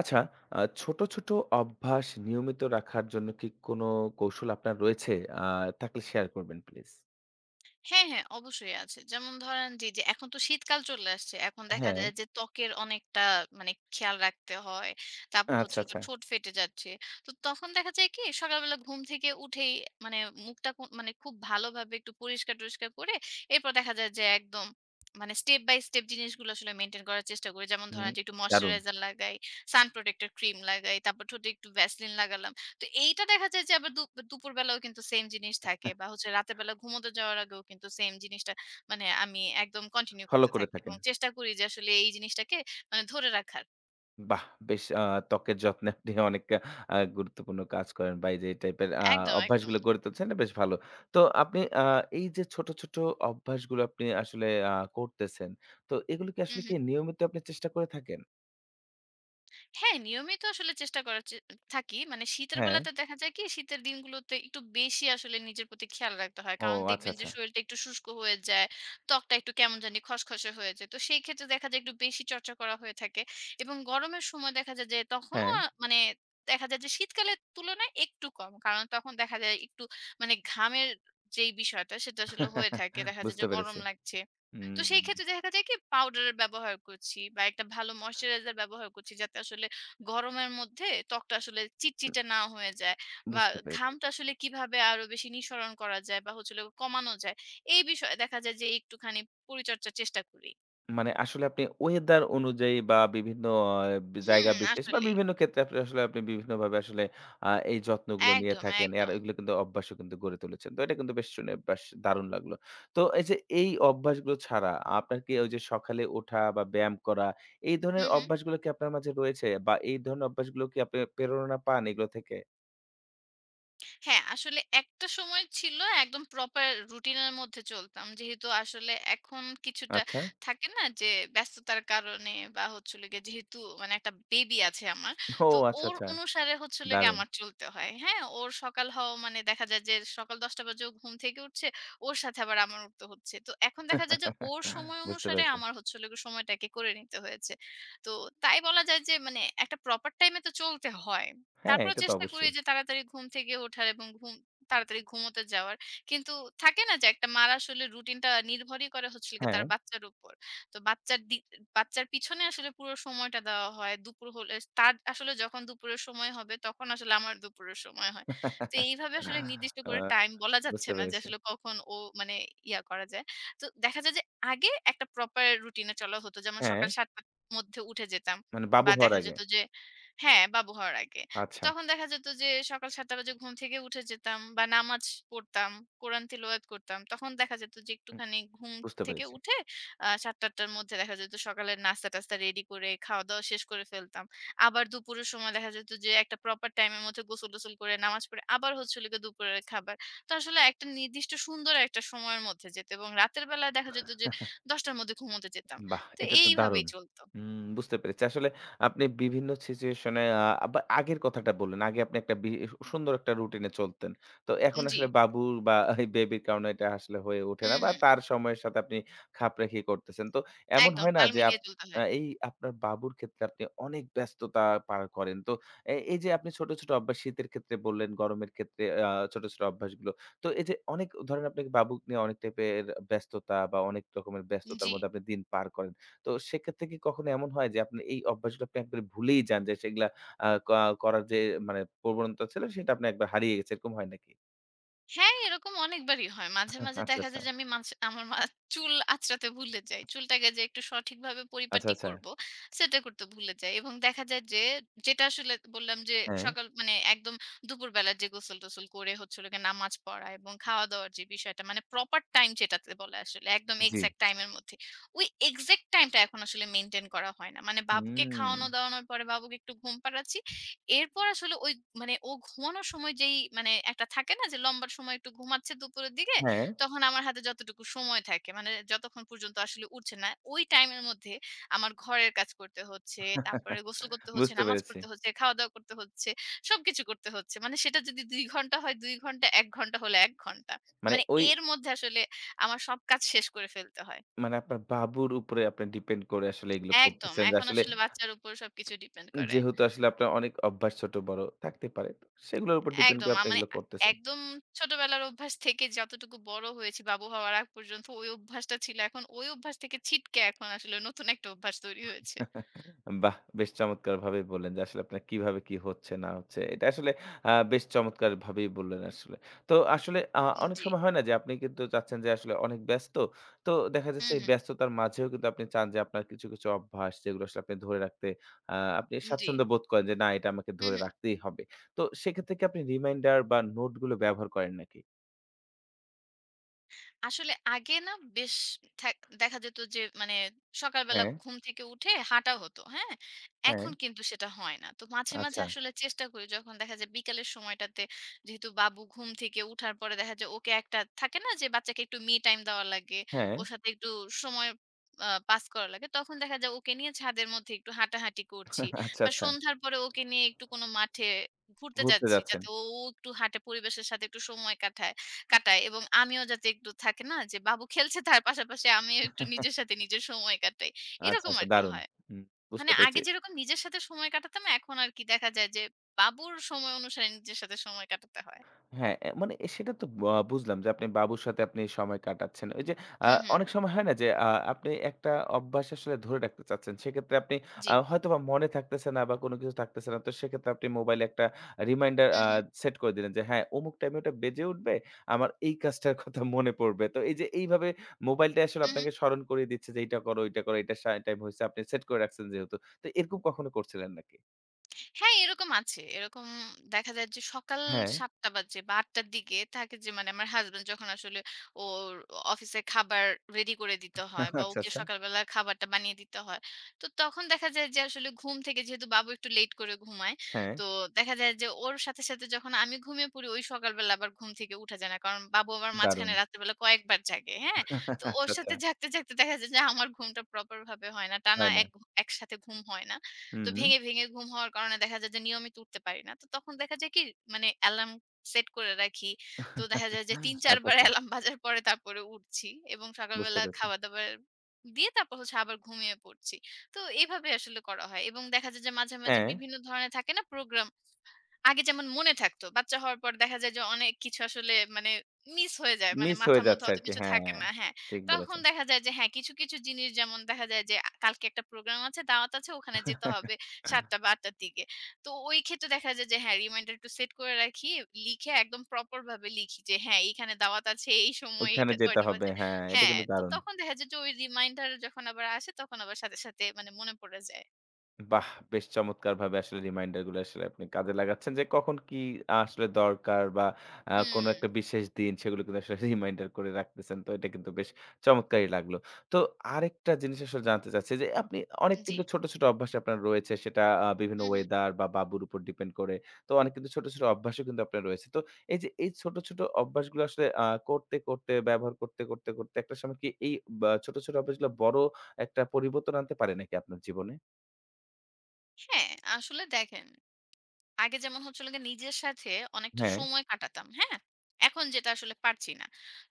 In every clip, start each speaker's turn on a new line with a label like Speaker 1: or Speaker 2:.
Speaker 1: আচ্ছা, ছোট, ছোট অভ্যাস নিয়মিত রাখার জন্য কি কোনো কৌশল আপনার রয়েছে? আ থাকলে শেয়ার করবেন প্লিজ।
Speaker 2: হ্যাঁ, হ্যাঁ, অবশ্যই আছে। যেমন ধরেন জি, যে এখন তো শীতকাল চলে আসছে। এখন দেখা
Speaker 1: হ্যাঁ,
Speaker 2: যায় যে ত্বকের অনেকটা মানে খেয়াল রাখতে হয়। তারপর হচ্ছে
Speaker 1: আচ্ছা,
Speaker 2: হলো
Speaker 1: আচ্ছা।
Speaker 2: গিয়ে ঠোঁট ফেটে যাচ্ছে। তো তখন দেখা যায় কি সকালবেলা ঘুম থেকে উঠেই মানে মুখটা মানে খুব ভালোভাবে একটু পরিষ্কার-টরিষ্কার করে এরপর দেখা যায় যে একদম মানে স্টেপ বাই স্টেপ জিনিসগুলো আসলে মেইনটেইন করার চেষ্টা করি। যেমন
Speaker 1: হুম,
Speaker 2: ধরেন যে একটু
Speaker 1: দারুণ।
Speaker 2: ময়েশ্চারাইজার লাগাই, সান প্রোটেক্টর ক্রিম লাগাই, তারপর ঠোঁটে একটু ভ্যাসলিন লাগালাম। তো এইটা দেখা যায় যে আবার দুপুর বেলাও কিন্তু সেম জিনিস থাকে বা হচ্ছে রাতের বেলা ঘুমোতে যাওয়ার আগেও কিন্তু সেম জিনিসটা মানে আমি একদম কন্টিনিউ
Speaker 1: ফলো
Speaker 2: করতে
Speaker 1: করে
Speaker 2: থাকি এবং
Speaker 1: থাকেন।
Speaker 2: চেষ্টা করি যে আসলে এই জিনিসটাকে মানে ধরে রাখার।
Speaker 1: বাহ! বেশ ত্বকের যত্নে আপনি অনেক গুরুত্বপূর্ণ কাজ করেন বা এই যে এই টাইপের
Speaker 2: একদম, একদম।
Speaker 1: অভ্যাসগুলো গড়ে তুলছেন এটা বেশ ভালো। তো আপনি এই যে ছোট, ছোট অভ্যাসগুলো আপনি আসলে করতেছেন, তো এগুলো কি
Speaker 2: হু,
Speaker 1: আসলে
Speaker 2: হু।
Speaker 1: কি নিয়মিত আপনি চেষ্টা করে থাকেন?
Speaker 2: হ্যাঁ, নিয়মিত আসলে চেষ্টা করার থাকি। মানে শীতের
Speaker 1: হ্যাঁ।
Speaker 2: বেলাতে দেখা যায় কি শীতের দিনগুলোতে একটু বেশি আসলে নিজের প্রতি খেয়াল রাখতে হয়।
Speaker 1: ও
Speaker 2: কারণ
Speaker 1: আচ্ছা,
Speaker 2: দেখবেন যে
Speaker 1: আচ্ছা।
Speaker 2: শরীরটা একটু শুষ্ক হয়ে যায়, ত্বকটা একটু কেমন জানি খসখসে হয়ে যায়। তো সেই ক্ষেত্রে দেখা যায় একটু বেশি চর্চা করা হয়ে থাকে এবং গরমের সময় দেখা যায় যে তখনও
Speaker 1: হ্যাঁ,
Speaker 2: মানে দেখা যায় যে শীতকালের তুলনায় একটু কম। কারণ তখন দেখা যায় একটু মানে ঘামের যেই বিষয়টা সেটা আসলে হয়ে থাকে। দেখা যায় যে
Speaker 1: বুঝতে
Speaker 2: গরম
Speaker 1: পেরেছি।
Speaker 2: লাগছে। তো
Speaker 1: হুম।
Speaker 2: সেই ক্ষেত্রে দেখা যায় কি পাউডারের ব্যবহার করছি বা একটা ভালো ময়েশ্চারাইজার ব্যবহার করছি যাতে আসলে গরমের মধ্যে ত্বকটা আসলে চিটচিটে না হয়ে যায় বা
Speaker 1: বুঝতে পেরেছি।
Speaker 2: ঘামটা আসলে কিভাবে আরো বেশি নিঃসরণ করা যায় বা হচ্ছিল কমানো যায় এই বিষয়ে দেখা যায় যে একটুখানি পরিচর্যার চেষ্টা করি।
Speaker 1: মানে আসলে আপনি ওয়েদার অনুযায়ী বা বিভিন্ন আ
Speaker 2: হুম
Speaker 1: জায়গা বিশেষ বা
Speaker 2: আসলেই।
Speaker 1: বিভিন্ন ক্ষেত্রে আপনি আসলে আপনি বিভিন্নভাবে আসলে এই যত্নগুলো নিয়ে
Speaker 2: একদম
Speaker 1: থাকেন। আর
Speaker 2: একদম।
Speaker 1: এগুলো কিন্তু অভ্যাসও কিন্তু গড়ে তুলেছেন। তো এটা কিন্তু বেশ শুনে বেশ দারুণ লাগলো। তো এই যে এই অভ্যাসগুলো ছাড়া আপনার কি ওই যে সকালে ওঠা বা ব্যায়াম করা এই ধরনের
Speaker 2: হুম হুম।
Speaker 1: অভ্যাসগুলো কি আপনার মাঝে রয়েছে? বা এই ধরনের অভ্যাসগুলো কি আপনি প্রেরণা পান এগুলো থেকে?
Speaker 2: হ্যাঁ, আসলে একটা সময় ছিল একদম প্রপার রুটিনের মধ্যে চলতাম। যেহেতু আসলে এখন কিছুটা
Speaker 1: আচ্ছা।
Speaker 2: থাকে না যে ব্যস্ততার কারণে বা হচ্ছে হলো গিয়ে যেহেতু মানে একটা বেবি আছে আমার।
Speaker 1: ও
Speaker 2: তো
Speaker 1: আচ্ছা,
Speaker 2: ওর
Speaker 1: আচ্ছা।
Speaker 2: অনুসারে হচ্ছে হলো গিয়ে
Speaker 1: দারুণ।
Speaker 2: আমার চলতে হয়। হ্যাঁ? ওর সকাল হওয়া মানে দেখা যায় যে সকাল ১০ঃ০০ বাজে ও ঘুম থেকে উঠছে। ওর সাথে আবার আমার উঠতে হচ্ছে। তো এখন দেখা যায় যে ওর সময়
Speaker 1: বুঝতে
Speaker 2: অনুসারে
Speaker 1: পেরেছি।
Speaker 2: আমার হচ্ছে হলো গিয়ে সময়টাকে করে নিতে হয়েছে। তো তাই বলা যায় যে মানে একটা প্রপার টাইমে তো চলতে হয়।
Speaker 1: হ্যাঁ,
Speaker 2: তারপরেও
Speaker 1: এটা তো
Speaker 2: চেষ্টা করি
Speaker 1: অবশ্যই।
Speaker 2: যে তাড়াতাড়ি ঘুম থেকে ওঠার এবং ঘুম তাড়াতাড়ি ঘুমোতে যাওয়ার। কিন্তু থাকে না যে একটা মার আসলে রুটিনটা নির্ভরই করে হচ্ছে হলো গিয়ে তার
Speaker 1: হ্যাঁ।
Speaker 2: বাচ্চার উপর। তো বাচ্চার পিছনে আসলে পুরো সময়টা দেওয়া হয়। দুপুর হলে তার আসলে যখন দুপুরের সময় হবে তখন আসলে আমার দুপুরের সময় হয়। তো এইভাবে আসলে নির্দিষ্ট
Speaker 1: আ
Speaker 2: করে টাইম বলা যাচ্ছে
Speaker 1: বুঝতে
Speaker 2: না যে
Speaker 1: পেরেছি।
Speaker 2: আসলে কখন ও মানে ইয়া করা যায়। তো দেখা যায় যে আগে একটা প্রপার রুটিনে চলা হতো। যেমন
Speaker 1: হ্যাঁ,
Speaker 2: সকাল ৭ঃ০০ টার মধ্যে উঠে যেতাম।
Speaker 1: মানে বাবু
Speaker 2: বা
Speaker 1: হওয়ার
Speaker 2: দেখা
Speaker 1: আগে।
Speaker 2: যেত যে হ্যাঁ, বাবু হওয়ার আগে। তো
Speaker 1: আচ্ছা,
Speaker 2: তখন দেখা যেত যে সকাল ৭ঃ০০ টা বাজে ঘুম থেকে উঠে যেতাম বা নামাজ পড়তাম, কোরআন তিলাওয়াত করতাম। তখন দেখা যেত যে
Speaker 1: হুম,
Speaker 2: একটুখানি ঘুম
Speaker 1: বুঝতে
Speaker 2: থেকে
Speaker 1: পেরেছি।
Speaker 2: উঠে ৭ঃ০০ টা ৮ঃ০০ র মধ্যে দেখা যেত সকালের নাস্তা-টাস্তা রেডি করে খাওয়া-দাওয়া শেষ করে ফেলতাম। আবার দুপুরের সময় দেখা যেত যে একটা প্রপার টাইম এর মধ্যে গোসল-টোসল করে নামাজ পড়ে আবার হচ্ছে হলো গিয়ে দুপুরের খাবার। তো আসলে একটা নির্দিষ্ট সুন্দর একটা সময়ের মধ্যে যেত এবং রাতের বেলায় দেখা যেত যে ১০ঃ০০ টার মধ্যে ঘুমোতে যেতাম।
Speaker 1: বাহ!
Speaker 2: তো
Speaker 1: এটা তো
Speaker 2: এইভাবেই
Speaker 1: দারুণ।
Speaker 2: চলত।
Speaker 1: হুম, বুঝতে পেরেছি। আসলে আপনি বিভিন্ন সিচুয়েশন এ আ আবা আগের কথাটা বললেন। আগে আপনি একটা সুন্দর একটা রুটিন এ চলতেন। তো এখন
Speaker 2: জি।
Speaker 1: আসলে বাবুর বা এই বেবির কারণে এটা আসলে হয়ে ওঠে না
Speaker 2: হুম,
Speaker 1: বা
Speaker 2: হুম।
Speaker 1: তার সময়ের সাথে আপনি খাপ রেখেই করতেছেন। তো এমন
Speaker 2: একদম
Speaker 1: হয় না
Speaker 2: তাল
Speaker 1: যে আপ
Speaker 2: মিলিয়ে চলতে
Speaker 1: আ
Speaker 2: হয়।
Speaker 1: এই আপনার বাবুর ক্ষেত্রে আপনি অনেক ব্যস্ততা পার করেন। তো এই যে আপনি ছোট, ছোট অভ্যাস শীতের ক্ষেত্রে বললেন, গরমের ক্ষেত্রে ছোট, ছোট অভ্যাসগুলো। তো এই যে অনেক ধরেন আপনাকে বাবুক নিয়ে অনেক টাইপের ব্যস্ততা বা অনেক রকমের ব্যস্ততার
Speaker 2: জি।
Speaker 1: মধ্যে আপনি দিন পার করেন। তো সেক্ষেত্রে কি কখনো এমন হয় যে আপনি এই অভ্যাসগুলো আপনি একবারে ভুলেই যান যে সেগুলা আ ক করার যে মানে প্রবণতা ছিল সেটা আপনি একবার হারিয়ে গেছে এরকম হয় নাকি?
Speaker 2: হ্যাঁ, এরকম অনেকবারই হয়। মাঝে, মাঝে
Speaker 1: আচ্ছা,
Speaker 2: দেখা
Speaker 1: আচ্ছা।
Speaker 2: যায় যে আমি মাঝ আমার মা চুল আঁচড়াতে ভুলে যাই। চুলটাকে যে একটু সঠিকভাবে
Speaker 1: আচ্ছা,
Speaker 2: পরিপাটি
Speaker 1: আচ্ছা।
Speaker 2: করব, সেটা করতে ভুলে যাই এবং দেখা যায় যে, যেটা আসলে বললাম যে
Speaker 1: হ্যাঁ,
Speaker 2: সকাল মানে একদম দুপুরবেলা যে গোসল-টোসল করে হচ্ছে হলো গিয়ে নামাজ পড়া এবং খাওয়া-দাওয়ার যে বিষয়টা মানে প্রপার টাইম যেটাতে বলে আসলে একদম
Speaker 1: জি।
Speaker 2: এক্সাক্ট টাইমের মধ্যে। ওই এক্সাক্ট টাইমটা এখন আসলে মেইনটেইন করা হয় না। মানে বাবুকে
Speaker 1: হুম,
Speaker 2: খাওয়ানো-দাওয়ানোর পরে বাবুকে একটু ঘুম পাড়াচ্ছি। এরপর আসলে ওই মানে ও ঘুমানোর সময় যেই মানে একটা থাকে না যে লম্বা সময় একটু ঘুমাচ্ছে দুপুরের দিকে,
Speaker 1: হ্যাঁ।
Speaker 2: তখন আমার হাতে যতটুকু সময় থাকে মানে যতক্ষণ পর্যন্ত আসলে উঠছে না, ওই টাইমের মধ্যে আমার ঘরের কাজ করতে হচ্ছে, তারপরে গোসল করতে হচ্ছে,
Speaker 1: বুঝতে
Speaker 2: নামাজ
Speaker 1: পেরেছি।
Speaker 2: পড়তে হচ্ছে, খাওয়া-দাওয়া করতে হচ্ছে, সবকিছু করতে হচ্ছে। মানে সেটা যদি ২ ঘন্টা হয় ২ ঘন্টা, ১ ঘন্টা হলে ১ ঘন্টা।
Speaker 1: মানে
Speaker 2: মানে
Speaker 1: ওই
Speaker 2: এর মধ্যে আসলে আমার সব কাজ শেষ করে ফেলতে হয়।
Speaker 1: মানে আপনার বাবুর উপরে আপনি ডিপেন্ড করে আসলে এগুলো
Speaker 2: একদম।
Speaker 1: করতেছেন যে
Speaker 2: এখন
Speaker 1: আসলে
Speaker 2: আসলে বাচ্চার উপর সবকিছু ডিপেন্ড করে।
Speaker 1: যেহেতু আসলে আপনার অনেক অভ্যাস ছোট বড় থাকতে পারে। তো সেগুলোর উপর ডিপেন্ড
Speaker 2: একদম।
Speaker 1: করে আপনি
Speaker 2: মানে
Speaker 1: এগুলো করতেছেন।
Speaker 2: একদম ছোটবেলার অভ্যাস থেকে যতটুকু বড় হয়েছি, বাবু হওয়ার আগ পর্যন্ত ওই অভ্যাসটা ছিল। এখন ওই অভ্যাস থেকে ছিটকে এখন আসলে নতুন একটা অভ্যাস তৈরি হয়েছে।
Speaker 1: বাহ! বেশ চমৎকারভাবেই বললেন যে আসলে আপনার কিভাবে কি হচ্ছে না হচ্ছে। এটা আসলে বেশ চমৎকারভাবেই বললেন আসলে। তো আসলে অনেক
Speaker 2: জি।
Speaker 1: সময় হয় না যে আপনি কিন্তু চাচ্ছেন যে আসলে অনেক ব্যস্ত। তো দেখা
Speaker 2: হু,
Speaker 1: যাচ্ছে এই
Speaker 2: হু।
Speaker 1: ব্যস্ততার মাঝেও কিন্তু আপনি চান যে আপনার কিছু, কিছু অভ্যাস যেগুলো আসলে আপনি ধরে রাখতে আ আপনি
Speaker 2: জি।
Speaker 1: স্বাচ্ছন্দ্য বোধ করেন যে না এটা আমাকে
Speaker 2: হু,
Speaker 1: ধরে
Speaker 2: হু।
Speaker 1: রাখতেই হবে। তো সেক্ষেত্রে কি আপনি রিমাইন্ডার বা নোট গুলো ব্যবহার করেন নাকি?
Speaker 2: আসলে আগে না বেশ ঠ্যাক দেখা যেত যে মানে সকালবেলা
Speaker 1: হ্যাঁ,
Speaker 2: ঘুম থেকে উঠে হাঁটা হতো, হ্যাঁ?
Speaker 1: হ্যাঁ।
Speaker 2: এখন কিন্তু সেটা হয় না। তো মাঝে, মাঝে
Speaker 1: আচ্ছা।
Speaker 2: আসলে চেষ্টা করি যখন দেখা যায় বিকালের সময়টাতে যেহেতু বাবু ঘুম থেকে উঠার পরে দেখা যায় ওকে একটা থাকে না যে বাচ্চাকে একটু me time দেওয়া লাগে,
Speaker 1: হ্যাঁ,
Speaker 2: ওর সাথে একটু সময় পাস করা লাগে। তখন দেখা যায় ওকে নিয়ে ছাদের মধ্যে একটু হাঁটাহাঁটি করছি
Speaker 1: আচ্ছা,
Speaker 2: বা
Speaker 1: আচ্ছা।
Speaker 2: সন্ধ্যার পরে ওকে নিয়ে একটু কোনো মাঠে ঘুরতে
Speaker 1: ঘুরতে
Speaker 2: যাচ্ছি
Speaker 1: যাচ্ছেন।
Speaker 2: যাতে ও একটু হাঁটে পরিবেশের সাথে একটু সময় কাটায়। কাটায় এবং আমিও যাতে একটু থাকে না যে বাবু খেলছে তার পাশাপাশি আমিও একটু নিজের সাথে নিজের সময় কাটাই।
Speaker 1: আচ্ছা,
Speaker 2: এরকম
Speaker 1: আচ্ছা
Speaker 2: আরকি
Speaker 1: দারুণ।
Speaker 2: হয়।
Speaker 1: হুম,
Speaker 2: মানে
Speaker 1: বুঝতে
Speaker 2: আগে
Speaker 1: পেরেছি।
Speaker 2: যেরকম নিজের সাথে সময় কাটাতাম এখন আরকি দেখা যায় যে বাবুর সময় অনুসারে নিজের সাথে সময় কাটাতে হয়।
Speaker 1: হ্যাঁ, অ্যা মানে সেটা তো বা বুঝলাম যে আপনি বাবুর সাথে আপনি সময় কাটাচ্ছেন। ওই যে আ
Speaker 2: হুম, হুম।
Speaker 1: অনেক সময় হয় না যে আপনি একটা অভ্যাস আসলে ধরে রাখতে চাচ্ছেন। সেক্ষেত্রে আপনি
Speaker 2: জি।
Speaker 1: হয়তোবা মনে থাকতেছে না বা কোনো কিছু থাকতেছে না। তো সেক্ষেত্রে আপনি মোবাইলে একটা রিমাইন্ডার
Speaker 2: হু, হু।
Speaker 1: সেট করে দিলেন যে হ্যাঁ, অমুক টাইমে ওটা বেজে উঠবে, আমার এই কাজটার কথা মনে পড়বে। তো এই যে এইভাবে মোবাইলটা আসলে
Speaker 2: হু, হু।
Speaker 1: আপনাকে স্মরণ করিয়ে দিচ্ছে যে এইটা করো, ওইটা করো, এইটার টাইম হইছে। আপনি সেট করে রাখছেন যেহেতু। তো এরকম কখনো করছিলেন নাকি?
Speaker 2: হ্যাঁ, এরকম আছে। এরকম দেখা যায় যে সকাল
Speaker 1: হ্যাঁ,
Speaker 2: ৭ঃ০০ বাজে বা ৮ঃ০০ র দিকে থাকে যে মানে আমার হাসব্যান্ড যখন আসলে ওর অফিসে খাবার রেডি করে দিতে হয় বা
Speaker 1: আচ্ছা,
Speaker 2: ওকে
Speaker 1: আচ্ছা।
Speaker 2: সকালবেলা খাবারটা বানিয়ে দিতে হয়। তো তখন দেখা যায় যে আসলে ঘুম থেকে যেহেতু বাবু একটু লেট করে ঘুমায়।
Speaker 1: হ্যাঁ,
Speaker 2: তো দেখা যায় যে ওর সাথে, সাথে যখন আমি ঘুমিয়ে পড়ি ওই সকালবেলা আবার ঘুম থেকে উঠা যায় না। কারণ বাবু আবার মাঝখানে
Speaker 1: দারুণ।
Speaker 2: রাত্রিবেলা কয়েকবার জাগে। হ্যাঁ? তো ওর
Speaker 1: আচ্ছা, আচ্ছা।
Speaker 2: সাথে জাগতে, জাগতে দেখা যায় যে আমার ঘুমটা প্রপার ভাবে হয় না। টানা
Speaker 1: হয় না।
Speaker 2: এক একসাথে ঘুম হয় না। তো
Speaker 1: হুম।
Speaker 2: ভেঙে, ভেঙে ঘুম হওয়ার কারণে দেখা যায় যে নিয়মিত উঠতে পারি না। তো তখন দেখা যায় কি মানে অ্যালার্ম সেট করে রাখি। তো দেখা যায় যে ৩-৪
Speaker 1: আচ্ছা,
Speaker 2: বার
Speaker 1: আচ্ছা।
Speaker 2: অ্যালার্ম বাজার পরে তারপরে উঠছি এবং
Speaker 1: বুঝতে
Speaker 2: সকালবেলা
Speaker 1: পেরেছি।
Speaker 2: খাবার-দাবার দিয়ে তারপর হচ্ছে আবার ঘুমিয়ে পড়ছি। তো এভাবে আসলে করা হয় এবং দেখা যায় যে মাঝে, মাঝে
Speaker 1: হ্যাঁ,
Speaker 2: বিভিন্ন ধরনের থাকে না প্রোগ্রাম আগে যেমন মনে থাকতো। বাচ্চা হওয়ার পর দেখা যায় যে অনেক কিছু আসলে মানে মিস হয়ে যায়। মানে
Speaker 1: মিস
Speaker 2: মাথার
Speaker 1: হয়ে
Speaker 2: মধ্যে
Speaker 1: যাচ্ছে
Speaker 2: অত
Speaker 1: আরকি।
Speaker 2: কিছু থাকে
Speaker 1: হ্যাঁ,
Speaker 2: না। হ্যাঁ।
Speaker 1: ঠিক
Speaker 2: তখন
Speaker 1: বলেছেন।
Speaker 2: দেখা যায় যে হ্যাঁ, কিছু, কিছু জিনিস যেমন দেখা যায় যে কালকে একটা প্রোগ্রাম আছে, দাওয়াত আছে, ওখানে যেতে হবে ৭ঃ০০ বা ৮ঃ০০ র দিকে। তো ওই ক্ষেত্রে দেখা যায় যে হ্যাঁ, রিমাইন্ডার একটু সেট করে রাখি। লিখে একদম প্রপার ভাবে লিখি যে হ্যাঁ, এইখানে দাওয়াত আছে, এই সময়
Speaker 1: ওইখানে
Speaker 2: এইটা
Speaker 1: যেতে
Speaker 2: কয়টা
Speaker 1: হবে।
Speaker 2: বাজে।
Speaker 1: হ্যাঁ, এটা
Speaker 2: হ্যাঁ,
Speaker 1: কিন্তু
Speaker 2: তো
Speaker 1: দারুণ।
Speaker 2: তখন দেখা যায় যে ওই রিমাইন্ডার যখন আবার আসে তখন আবার সাথে, সাথে মানে মনে পড়ে যায়।
Speaker 1: বাহ! বেশ চমৎকারভাবে আসলে রিমাইন্ডার গুলো আসলে আপনি কাজে লাগাচ্ছেন যে কখন কি আসলে দরকার বা কোনো
Speaker 2: হুম,
Speaker 1: একটা বিশেষ দিন সেগুলো কিন্তু আসলে রিমাইন্ডার করে রাখতেছেন। তো এটা কিন্তু বেশ চমৎকারই লাগলো। তো আরেকটা জিনিস আসলে জানতে চাচ্ছি যে আপনি অনেক
Speaker 2: জি।
Speaker 1: কিন্তু ছোট, ছোট অভ্যাস আপনার রয়েছে সেটা বিভিন্ন
Speaker 2: হু, হু।
Speaker 1: ওয়েদার বা বাবুর উপর ডিপেন্ড করে। তো অনেক কিন্তু ছোট, ছোট অভ্যাসও কিন্তু আপনার রয়েছে। তো এই যে এই ছোট, ছোট অভ্যাসগুলো আসলে করতে, করতে ব্যবহার করতে, করতে, করতে একটা সময় কি এই বা ছোট, ছোট অভ্যাসগুলো বড় একটা পরিবর্তন আনতে পারে নাকি আপনার জীবনে?
Speaker 2: হ্যাঁ, আসলে দেখেন আগে যেমন হচ্ছিল গিয়ে নিজের সাথে অনেকটা
Speaker 1: হ্যাঁ।
Speaker 2: সময় কাটাতাম। হ্যাঁ? এখন যেটা আসলে পারছি না।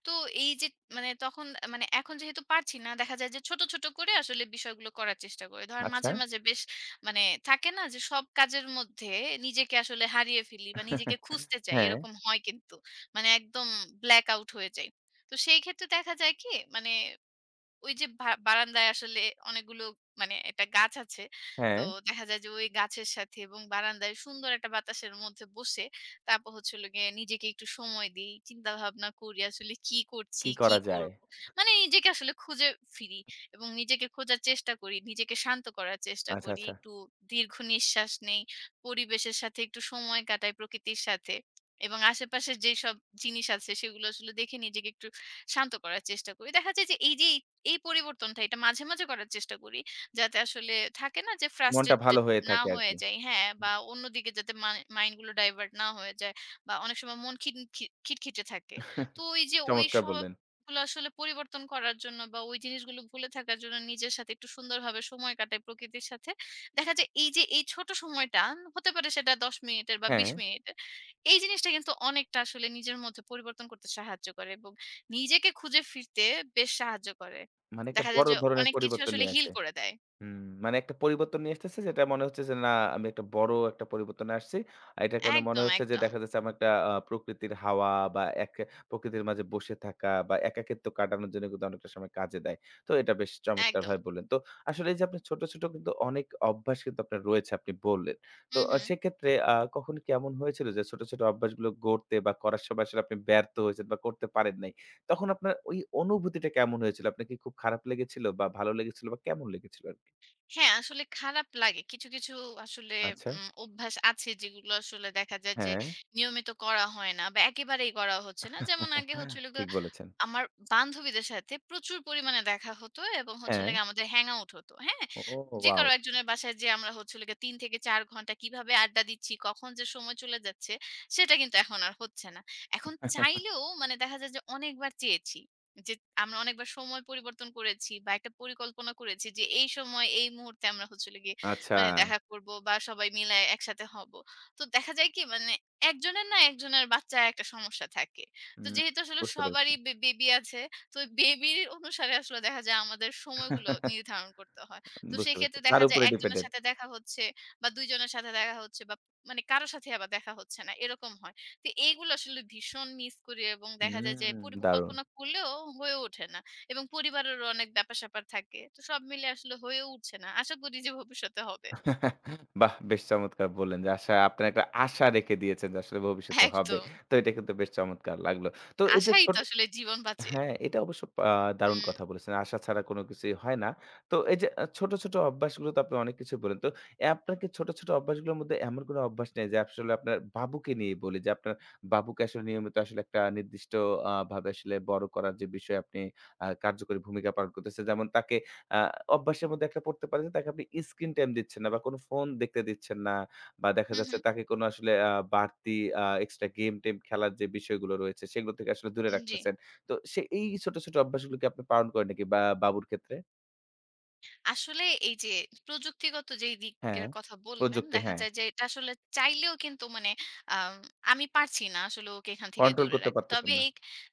Speaker 2: তো এই যে মানে তখন মানে এখন যেহেতু পারছি না, দেখা যায় যে ছোট, ছোট করে আসলে বিষয়গুলো করার চেষ্টা করি। ধরেন
Speaker 1: আচ্ছা।
Speaker 2: মাঝে, মাঝে বেশ মানে থাকে না যে সব কাজের মধ্যে নিজেকে আসলে হারিয়ে ফেলি বা নিজেকে খুঁজতে চাই
Speaker 1: হ্যাঁ,
Speaker 2: এরকম হয় কিন্তু। মানে একদম ব্ল্যাক আউট হয়ে যাই। তো সেই ক্ষেত্রে দেখা যায় কি মানে ওই যে বা বারান্দায় আসলে অনেকগুলো মানে একটা গাছ আছে। তো
Speaker 1: হ্যাঁ।
Speaker 2: দেখা যায় যে ওই গাছের সাথে এবং বারান্দায় সুন্দর একটা বাতাসের মধ্যে বসে তারপর হচ্ছে হলো গিয়ে নিজেকে একটু সময় দেই। চিন্তাভাবনা করি আসলে কি করছি,
Speaker 1: কি
Speaker 2: কি
Speaker 1: করা যায়?
Speaker 2: করব। মানে নিজেকে আসলে খুঁজে ফিরি এবং নিজেকে খোঁজার চেষ্টা করি। নিজেকে শান্ত করার চেষ্টা
Speaker 1: আচ্ছা,
Speaker 2: করি।
Speaker 1: আচ্ছা।
Speaker 2: একটু দীর্ঘ নিঃশ্বাস নেই। পরিবেশের সাথে একটু সময় কাটাই প্রকৃতির সাথে। এবং আশেপাশের যেসব জিনিস আছে সেগুলো আসলে দেখে নিজেকে একটু শান্ত করার চেষ্টা করি। দেখা যায় যে এই যে এই এই পরিবর্তনটা এটা মাঝে, মাঝে করার চেষ্টা করি। যাতে আসলে থাকে না যে
Speaker 1: মনটা ভালো
Speaker 2: ফ্রাস্ট্রেটেড
Speaker 1: হয়ে
Speaker 2: না
Speaker 1: থাকে
Speaker 2: হয়ে
Speaker 1: আরকি।
Speaker 2: যাই হ্যাঁ,
Speaker 1: হুম।
Speaker 2: বা অন্যদিকে যাতে মাই মাইন্ড গুলো ডাইভার্ট না হয়ে যায় বা অনেক সময় মন খিন খি খিটখিটে থাকে। তো ওই যে ওই
Speaker 1: চমৎকার বললেন।
Speaker 2: স্বভাবগুলো আসলে পরিবর্তন করার জন্য বা ওই জিনিসগুলো ভুলে থাকার জন্য নিজের সাথে একটু সুন্দরভাবে সময় কাটাই প্রকৃতির সাথে। দেখা যায় এই যে এই ছোট সময়টা হতে পারে সেটা ১০ মিনিটের বা ২০
Speaker 1: হ্যাঁ,
Speaker 2: মিনিটের। এই জিনিসটা কিন্তু অনেকটা আসলে নিজের মধ্যে পরিবর্তন করতে সাহায্য করে এবং নিজেকে খুঁজে ফিরতে বেশ সাহায্য করে।
Speaker 1: মানে একটা
Speaker 2: দেখা যায়
Speaker 1: বড়
Speaker 2: যে
Speaker 1: ধরনের
Speaker 2: অনেক কিছু
Speaker 1: পরিবর্তন
Speaker 2: আসলে
Speaker 1: নিয়ে
Speaker 2: heal
Speaker 1: আসে।
Speaker 2: করে দেয়।
Speaker 1: হুম, মানে একটা পরিবর্তন নিয়ে আসতেছে যেটা মনে হচ্ছে যে না আমি একটা বড় একটা পরিবর্তনে আসছি। আর এটার কারণে মনে
Speaker 2: একদম,
Speaker 1: হচ্ছে যে
Speaker 2: একদম,
Speaker 1: দেখা যাচ্ছে আমার একটা প্রকৃতির হাওয়া বা এক প্রকৃতির মাঝে বসে থাকা বা একাকিত্ব কাটানোর জন্য কিন্তু অনেকটা সময় কাজে দেয়। তো এটা বেশ
Speaker 2: একদম।
Speaker 1: চমৎকারভাবে বললেন। তো আসলে এই যে আপনি ছোট, ছোট কিন্তু অনেক অভ্যাস কিন্তু আপনার রয়েছে আপনি বললেন। তো
Speaker 2: হুম, হুম।
Speaker 1: সেক্ষেত্রে কখন কেমন হয়েছিল যে ছোট, ছোট অভ্যাসগুলো গড়তে বা করার সময় আসলে আপনি ব্যর্থ হয়েছেন বা করতে পারেন নাই। তখন আপনার ওই অনুভূতিটা কেমন হয়েছিল? আপনার কি খুব খারাপ লেগেছিল বা ভালো লেগেছিল বা কেমন লেগেছিল আরকি?
Speaker 2: হ্যাঁ, আসলে খারাপ লাগে। কিছু, কিছু আসলে
Speaker 1: আচ্ছা,
Speaker 2: অভ্যাস আছে যেগুলো আসলে দেখা যায় যে
Speaker 1: হ্যাঁ।
Speaker 2: নিয়মিত করা হয় না বা একেবারেই করা হচ্ছে না। যেমন আগে হচ্ছিল
Speaker 1: ঠিক বলেছেন।
Speaker 2: আমার বান্ধবীদের সাথে প্রচুর পরিমাণে দেখা হতো এবং হচ্ছে
Speaker 1: হ্যাঁ।
Speaker 2: হলো গিয়ে আমাদের হ্যাং আউট হতো। হ্যাঁ?
Speaker 1: ও
Speaker 2: যে
Speaker 1: ওয়াও!
Speaker 2: কারো একজনের বাসায় যেয়ে আমরা হচ্ছে হলো গিয়ে ৩ থেকে ৪ ঘন্টা কিভাবে আড্ডা দিচ্ছি, কখন যে সময় চলে যাচ্ছে সেটা কিন্তু এখন আর হচ্ছে না। এখন চাইলেও মানে দেখা যায় যে অনেকবার চেয়েছি। যে আমরা অনেকবার সময় পরিবর্তন করেছি বা একটা পরিকল্পনা করেছি যে এই সময় এই মুহূর্তে আমরা হচ্ছে হলো গিয়ে
Speaker 1: আচ্ছা।
Speaker 2: মানে দেখা করব বা সবাই মিলে একসাথে হব। তো দেখা যায় কি মানে একজনের না একজনের বাচ্চা একটা সমস্যা থাকে। তো
Speaker 1: হুম,
Speaker 2: যেহেতু আসলে
Speaker 1: বুঝতে পেরেছি।
Speaker 2: সবারই বেবি আছে, তো বেবির অনুসারে আসলে দেখা যায় আমাদের সময়গুলো নির্ধারণ করতে হয়। তো
Speaker 1: বুঝতে পেরেছি।
Speaker 2: সেক্ষেত্রে
Speaker 1: তার
Speaker 2: দেখা যায়
Speaker 1: উপরে
Speaker 2: একজনের
Speaker 1: ডিপেন্ডেন্ট।
Speaker 2: সাথে দেখা হচ্ছে বা ২ জনের সাথে দেখা হচ্ছে বা মানে কারো সাথে আবার দেখা হচ্ছে না, এরকম হয়। তো এইগুলো আসলে ভীষণ মিস করি এবং দেখা যায় যে
Speaker 1: হুম, দারুণ।
Speaker 2: পরিকল্পনা করলেও হয়ে ওঠে না এবং পরিবারেরও অনেক ব্যাপার-স্যাপার থাকে। তো সব মিলে আসলে হয়ে উঠছে না। আশা করি যে ভবিষ্যতে হবে।
Speaker 1: বাহ! বেশ চমৎকার বললেন যে আশা আপনার একটা আশা রেখে দিয়েছেন যে আসলে ভবিষ্যতে হবে।
Speaker 2: একদম।
Speaker 1: তো এটা কিন্তু বেশ চমৎকার লাগলো। তো এই যে
Speaker 2: আশাই তো
Speaker 1: ছোট
Speaker 2: আসলে জীবন বাঁচিয়ে
Speaker 1: হ্যাঁ, এটা অবশ্য আ দারুণ
Speaker 2: হুম।
Speaker 1: কথা বলেছেন। আশা ছাড়া কোন কিছুই হয় না। তো এই যে ছোট, ছোট অভ্যাসগুলো তো আপনি অনেক কিছু বললেন। তো আপনার কি ছোট, ছোট অভ্যাসগুলোর মধ্যে এমন কোন অভ্যাস নেই যে আসলে আপনার বাবুকে নিয়ে বলি যে আপনার বাবুকে আসলে নিয়মিত আসলে একটা নির্দিষ্ট ভাবে আসলে বড় করার যে বিষয়ে আপনি কার্যকরী ভূমিকা পালন করতেছেন। যেমন তাকে আ অভ্যাসের মধ্যে একটা পড়তে পারে যে তাকে আপনি স্ক্রিন টাইম দিচ্ছেন না বা কোন ফোন দেখতে দিচ্ছেন না বা দেখা
Speaker 2: হু, হু।
Speaker 1: যাচ্ছে তাকে কোন আসলে বাড়তি এক্সট্রা গেম টেম খেলার যে বিষয়গুলো রয়েছে সেগুলো থেকে আসলে দূরে
Speaker 2: জি।
Speaker 1: রাখতেছেন। তো সে এই ছোট, ছোট অভ্যাসগুলো কি আপনি পালন করেন নাকি বা বাবুর ক্ষেত্রে?
Speaker 2: আসলে এই যে প্রযুক্তিগত যেই
Speaker 1: হ্যাঁ,
Speaker 2: দিকের কথা বললেন,
Speaker 1: প্রযুক্তি
Speaker 2: দেখা
Speaker 1: হ্যাঁ,
Speaker 2: যায় যে এটা আসলে চাইলেও কিন্তু মানে আম আমি পারছি না আসলে ওকে এখান থেকে
Speaker 1: কন্ট্রোল
Speaker 2: দূরে
Speaker 1: করতে
Speaker 2: রাখতে।
Speaker 1: পারতেছেন
Speaker 2: তবে
Speaker 1: না।
Speaker 2: এই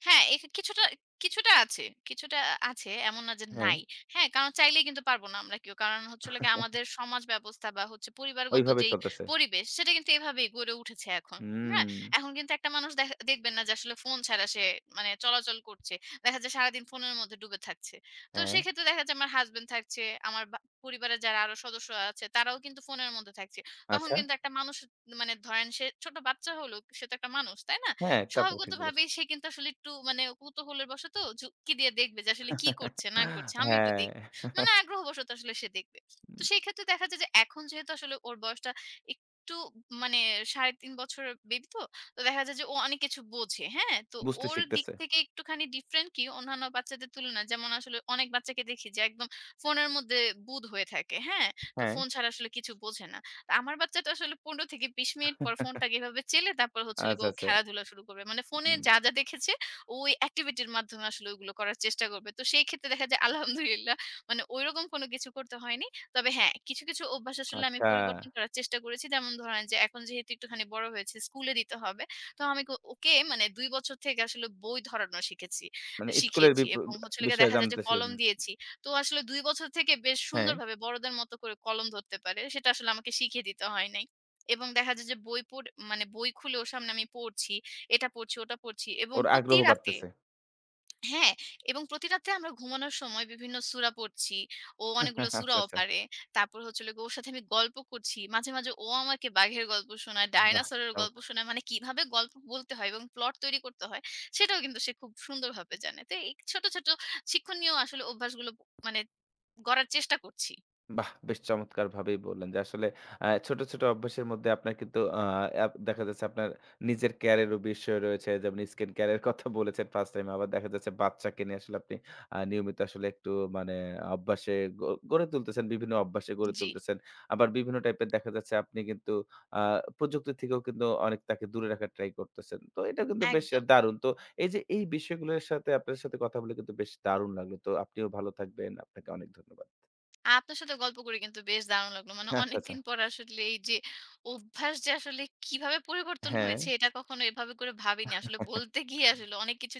Speaker 2: হ্যাঁ, এই কিছুটা কিছুটা আছে, কিছুটা আছে এমন না যে
Speaker 1: হ্যাঁ,
Speaker 2: নাই। হ্যাঁ, কারণ চাইলেই কিন্তু পারব না আমরা কেউ। কারণ হচ্ছে হলো গিয়ে আমাদের সমাজ ব্যবস্থা বা হচ্ছে পরিবারগত
Speaker 1: ওইভাবে
Speaker 2: যেই
Speaker 1: চলতেছে।
Speaker 2: পরিবেশ সেটা কিন্তু এভাবেই গড়ে উঠেছে এখন। হ্যাঁ?
Speaker 1: হুম,
Speaker 2: এখন কিন্তু একটা মানুষ দেখবেন না যে আসলে ফোন ছাড়া সে মানে চলাচল করছে। দেখা যায় সারাদিন ফোনের মধ্যে ডুবে থাকছে। তো
Speaker 1: হ্যাঁ,
Speaker 2: সেক্ষেত্রে দেখা যায় আমার হাসব্যান্ড থাকছে, আমার বা পরিবারের যারা আরো সদস্য আছে তারাও কিন্তু ফোনের মধ্যে থাকছে। তখন
Speaker 1: আচ্ছা।
Speaker 2: কিন্তু একটা মানুষ মানে ধরেন সে ছোট বাচ্চা হলো, সে তো একটা মানুষ, তাই না?
Speaker 1: হ্যাঁ, তা তো ঠিক বলেছেন।
Speaker 2: স্বভাবগতভাবেই সে কিন্তু আসলে একটু মানে কৌতূহলের বশত যুক্তি দিয়ে দেখবে যে আসলে কি করছে না করছে, আমি একটু
Speaker 1: হ্যাঁ,
Speaker 2: দেখি। মানে আগ্রহবশত আসলে সে দেখবে।
Speaker 1: উম
Speaker 2: তো সেই ক্ষেত্রে দেখা যায় যে এখন যেহেতু আসলে ওর বয়সটা একটু মানে ৩.৫ বছরের বেবি তো তো দেখা যায় যে ও অনেক কিছু বোঝে। হ্যাঁ? তো
Speaker 1: বুঝতে
Speaker 2: ওর দিক
Speaker 1: শিখতেছে।
Speaker 2: থেকে একটুখানি ডিফারেন্ট কি অন্যান্য বাচ্চাদের তুলনায় যেমন আসলে অনেক বাচ্চাকে দেখি যে একদম ফোনের মধ্যে বুঁদ হয়ে থাকে। হ্যাঁ? তো
Speaker 1: হ্যাঁ,
Speaker 2: ফোন ছাড়া আসলে কিছু বোঝে না। তো আমার বাচ্চাটা আসলে ১৫-২০ মিনিট পর ফোনটাকে এভাবে চেলে তারপর হচ্ছে হলো
Speaker 1: আচ্ছা,
Speaker 2: গিয়ে ও
Speaker 1: আচ্ছা।
Speaker 2: খেলাধুলা শুরু করবে। মানে ফোনে
Speaker 1: উম
Speaker 2: যা, যা দেখেছে ওই অ্যাক্টিভিটির মাধ্যমে আসলে ওগুলো করার চেষ্টা করবে। তো সেই ক্ষেত্রে দেখা যায় আলহামদুলিল্লাহ মানে ঐরকম কোনো কিছু করতে হয়নি। তবে হ্যাঁ, কিছু, কিছু অভ্যাস আসলে আমি
Speaker 1: আচ্ছা,
Speaker 2: পরিবর্তন করার চেষ্টা করেছি। যেমন ধরেন যে এখন যেহেতু একটুখানি বড় হয়েছে, স্কুলে দিতে হবে। তো আমি ওকে মানে ২ বছর থেকে আসলে বই ধরানো
Speaker 1: মানে স্কুলের
Speaker 2: শিখিয়েছি এবং হচ্ছে হলো গিয়ে
Speaker 1: বিষয়ে
Speaker 2: দেখা যায় যে
Speaker 1: জানতেছেন।
Speaker 2: কলম দিয়েছি। তো আসলে ২ বছর থেকে বেশ
Speaker 1: হ্যাঁ,
Speaker 2: সুন্দরভাবে বড়দের মতো করে কলম ধরতে পারে। সেটা আসলে আমাকে শিখিয়ে দিতে হয় নাই। এবং দেখা যায় যে বই পড় মানে বই খুলে ওর সামনে আমি পড়ছি, এটা পড়ছি, ওটা পড়ছি এবং
Speaker 1: ওর
Speaker 2: প্রতি
Speaker 1: আগ্রহ
Speaker 2: রাতে
Speaker 1: বাড়তেছে।
Speaker 2: হ্যাঁ, এবং প্রতি রাত্রে আমরা ঘুমানোর সময় বিভিন্ন সূরা পড়ছি। ও
Speaker 1: আচ্ছা,
Speaker 2: অনেকগুলো সূরাও
Speaker 1: আচ্ছা।
Speaker 2: পারে। তারপর হচ্ছে হলো গিয়ে ওর সাথে আমি গল্প করছি। মাঝে, মাঝে ও আমাকে বাঘের গল্প শোনায়,
Speaker 1: বাহ!
Speaker 2: ডায়নোসরের গল্প
Speaker 1: চমৎকার।
Speaker 2: শোনায়। মানে কিভাবে গল্প বলতে হয় এবং প্লট তৈরি করতে হয়, সেটাও কিন্তু সে খুব সুন্দরভাবে জানে। তো এই ছোট, ছোট শিক্ষণীয় আসলে অভ্যাসগুলো মানে গড়ার চেষ্টা করছি।
Speaker 1: বাহ! বেশ চমৎকারভাবেই বললেন যে আসলে ছোট, ছোট অভ্যাসের মধ্যে আপনার কিন্তু আ আপ দেখা যাচ্ছে আপনার নিজের কেয়ারেরও বিষয় রয়েছে। যেমন স্কিন কেয়ার এর কথা বলেছেন ফার্স্ট টাইম। আবার দেখা যাচ্ছে বাচ্চাকে নিয়ে আসলে আপনি নিয়মিত আসলে একটু মানে অভ্যাসে গ গড়ে তুলতেছেন, বিভিন্ন অভ্যাসে গড়ে
Speaker 2: জি,
Speaker 1: তুলতেছেন। আবার বিভিন্ন টাইপের দেখা যাচ্ছে আপনি কিন্তু আ প্রযুক্তি থেকেও কিন্তু অনেক তাকে দূরে রাখার ট্রাই করতেছেন। তো এটা কিন্তু বেশ
Speaker 2: একদম।
Speaker 1: দারুণ। তো এই যে এই বিষয়গুলোর সাথে আপনার সাথে কথা বলে কিন্তু বেশ দারুণ লাগলো। তো আপনিও ভালো থাকবেন। আপনাকে অনেক ধন্যবাদ।
Speaker 2: আপনার সাথে গল্প করে কিন্তু বেশ দারুণ লাগলো। মানে
Speaker 1: আচ্ছা, আচ্ছা।
Speaker 2: অনেকদিন পর আসলে এই যে অভ্যাস যে আসলে কিভাবে পরিবর্তন
Speaker 1: হ্যাঁ,
Speaker 2: হয়েছে এটা কখনো এভাবে করে ভাবিনি। আসলে বলতে গিয়ে আসলে অনেক কিছু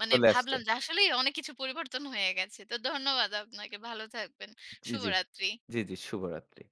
Speaker 2: মানে
Speaker 1: চলে আসছে।
Speaker 2: ভাবলাম যে আসলেই অনেক কিছু পরিবর্তন হয়ে গেছে। তো ধন্যবাদ আপনাকে। ভালো থাকবেন।
Speaker 1: জি, জি।
Speaker 2: শুভরাত্রি।
Speaker 1: জি, জি শুভরাত্রি।